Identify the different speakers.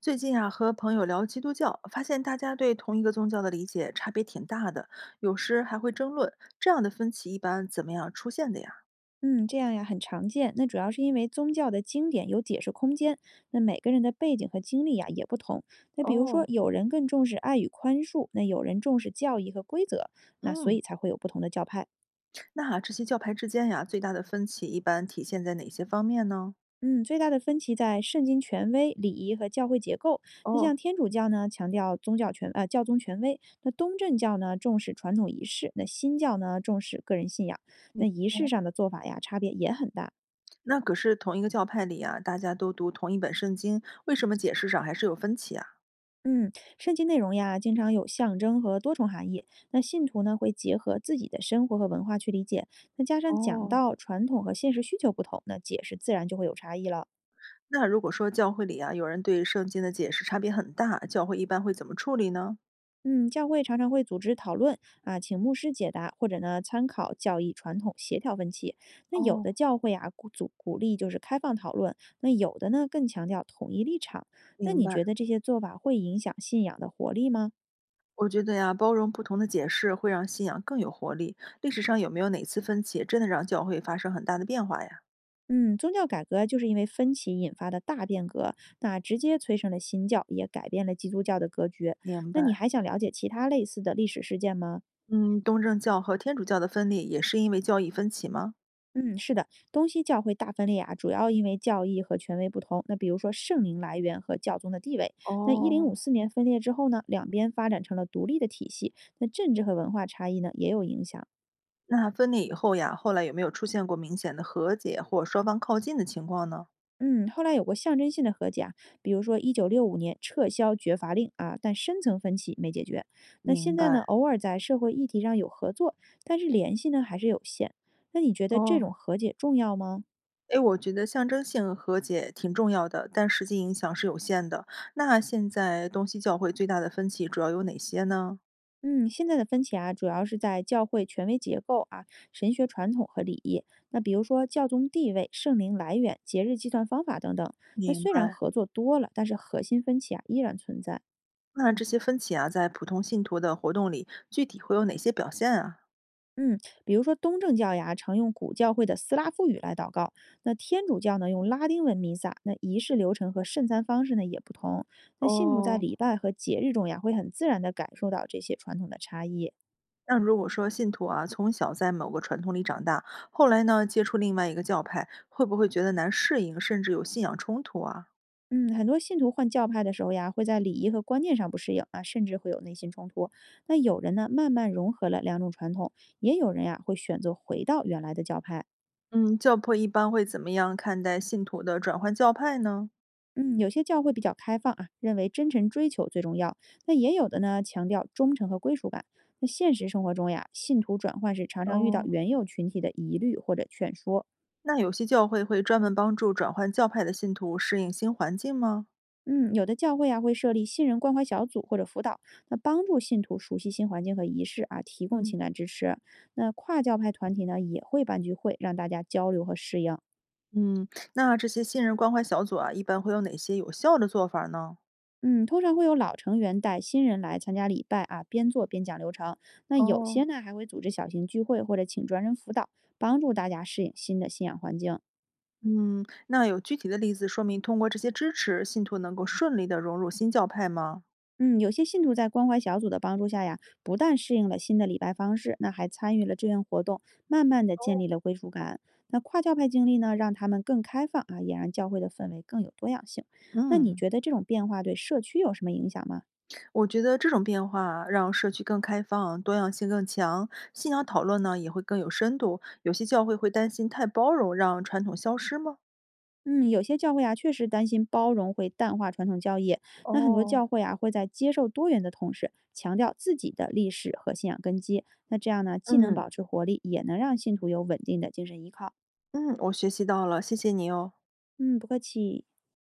Speaker 1: 最近啊，和朋友聊基督教，发现大家对同一个宗教的理解差别挺大的，有时还会争论。这样的分歧一般怎么样出现的呀？
Speaker 2: 嗯，这样呀，很常见。那主要是因为宗教的经典有解释空间，那每个人的背景和经历呀也不同。那比如说，
Speaker 1: 哦，
Speaker 2: 有人更重视爱与宽恕，那有人重视教义和规则，那所
Speaker 1: 嗯，
Speaker 2: 以才会有不同的教派。
Speaker 1: 那啊，这些教派之间呀，最大的分歧一般体现在哪些方面呢？
Speaker 2: 嗯，最大的分歧在圣经权威、礼仪和教会结构。那
Speaker 1: 哦，
Speaker 2: 像天主教呢，强调宗教权呃教宗权威；那东正教呢，重视传统仪式；那新教呢，重视个人信仰。那
Speaker 1: 明
Speaker 2: 仪式上的做法呀，差别也很大。
Speaker 1: 那可是同一个教派里啊，大家都读同一本圣经，为什么解释上还是有分歧啊？
Speaker 2: 嗯，圣经内容呀，经常有象征和多重含义。那信徒呢，会结合自己的生活和文化去理解，那加上讲
Speaker 1: 哦，
Speaker 2: 到传统和现实需求不同，那解释自然就会有差异了。
Speaker 1: 那如果说教会里啊，有人对圣经的解释差别很大，教会一般会怎么处理呢？
Speaker 2: 嗯，教会常常会组织讨论啊，请牧师解答，或者呢参考教义传统协调分歧。那有
Speaker 1: 哦，
Speaker 2: 的教会啊鼓励就是开放讨论，那有的呢更强调统一立场。那
Speaker 1: 明
Speaker 2: 你
Speaker 1: 白。
Speaker 2: 觉得这些做法会影响信仰的活力吗？
Speaker 1: 我觉得呀，包容不同的解释会让信仰更有活力。历史上有没有哪次分歧真的让教会发生很大的变化呀？
Speaker 2: 嗯，宗教改革就是因为分歧引发的大变革，那直接催生了新教，也改变了基督教的格局。
Speaker 1: 明
Speaker 2: 那你
Speaker 1: 白。
Speaker 2: 还想了解其他类似的历史事件吗？
Speaker 1: 嗯，东正教和天主教的分裂也是因为教义分歧吗？
Speaker 2: 嗯，是的，东西教会大分裂啊，主要因为教义和权威不同。那比如说圣灵来源和教宗的地位。那一零五
Speaker 1: 哦，
Speaker 2: 四年分裂之后呢，两边发展成了独立的体系。那政治和文化差异呢，也有影响。
Speaker 1: 那分裂以后呀，后来有没有出现过明显的和解或双方靠近的情况呢？
Speaker 2: 嗯，后来有过象征性的和解啊，比如说1965年撤销绝罚令啊，但深层分歧没解决。那
Speaker 1: 明
Speaker 2: 现在呢，
Speaker 1: 白。
Speaker 2: 偶尔在社会议题上有合作，但是联系呢还是有限。那你觉得这
Speaker 1: 哦，
Speaker 2: 种和解重要吗？
Speaker 1: 诶，我觉得象征性和解挺重要的，但实际影响是有限的。那现在东西教会最大的分歧主要有哪些呢？
Speaker 2: 嗯，现在的分歧啊，主要是在教会权威结构啊、神学传统和礼仪。那比如说教宗地位、圣灵来源、节日计算方法等等。那
Speaker 1: 明
Speaker 2: 虽然
Speaker 1: 白。
Speaker 2: 合作多了，但是核心分歧啊依然存在。
Speaker 1: 那这些分歧啊，在普通信徒的活动里，具体会有哪些表现啊？
Speaker 2: 嗯，比如说东正教呀，常用古教会的斯拉夫语来祷告；那天主教呢，用拉丁文弥撒。那仪式流程和圣餐方式呢也不同。那信徒在
Speaker 1: 哦，
Speaker 2: 礼拜和节日中呀，会很自然地感受到这些传统的差异。
Speaker 1: 那如果说信徒啊，从小在某个传统里长大，后来呢接触另外一个教派，会不会觉得难适应，甚至有信仰冲突啊？
Speaker 2: 嗯，很多信徒换教派的时候呀，会在礼仪和观念上不适应啊，甚至会有内心冲突。那有人呢，慢慢融合了两种传统，也有人呀，会选择回到原来的教派。
Speaker 1: 嗯，教会一般会怎么样看待信徒的转换教派呢？
Speaker 2: 嗯，有些教会比较开放啊，认为真诚追求最重要。那也有的呢，强调忠诚和归属感。那现实生活中呀，信徒转换时常常遇到
Speaker 1: 哦，
Speaker 2: 原有群体的疑虑或者劝说。
Speaker 1: 那有些教会会专门帮助转换教派的信徒适应新环境吗？
Speaker 2: 嗯，有的教会啊会设立信任关怀小组或者辅导，那帮助信徒熟悉新环境和仪式啊，提供
Speaker 1: 嗯，
Speaker 2: 情感支持。那跨教派团体呢也会办聚会，让大家交流和适应。
Speaker 1: 嗯，那这些信任关怀小组啊，一般会有哪些有效的做法呢？
Speaker 2: 嗯，通常会有老成员带新人来参加礼拜啊，边做边讲流程。那有
Speaker 1: 哦。
Speaker 2: 些呢还会组织小型聚会或者请专人辅导，帮助大家适应新的信仰环境。
Speaker 1: 嗯，那有具体的例子说明通过这些支持，信徒能够顺利的融入新教派吗？
Speaker 2: 嗯，有些信徒在关怀小组的帮助下呀，不但适应了新的礼拜方式，那还参与了志愿活动，慢慢的建立
Speaker 1: 哦，
Speaker 2: 了归属感。那跨教派经历呢，让他们更开放啊，也让教会的氛围更有多样性。那你
Speaker 1: 嗯，
Speaker 2: 觉得这种变化对社区有什么影响吗？
Speaker 1: 我觉得这种变化让社区更开放，多样性更强，信仰讨论呢也会更有深度。有些教会会担心太包容，让传统消失吗？
Speaker 2: 嗯，有些教会啊，确实担心包容会淡化传统教义。那很多
Speaker 1: 哦，
Speaker 2: 教会啊，会在接受多元的同时，强调自己的历史和信仰根基。那这样呢，既能
Speaker 1: 嗯
Speaker 2: 保持活力，也能让信徒有稳定的精神依靠。
Speaker 1: 嗯，我学习到了，谢谢你哦。
Speaker 2: 嗯，不客气。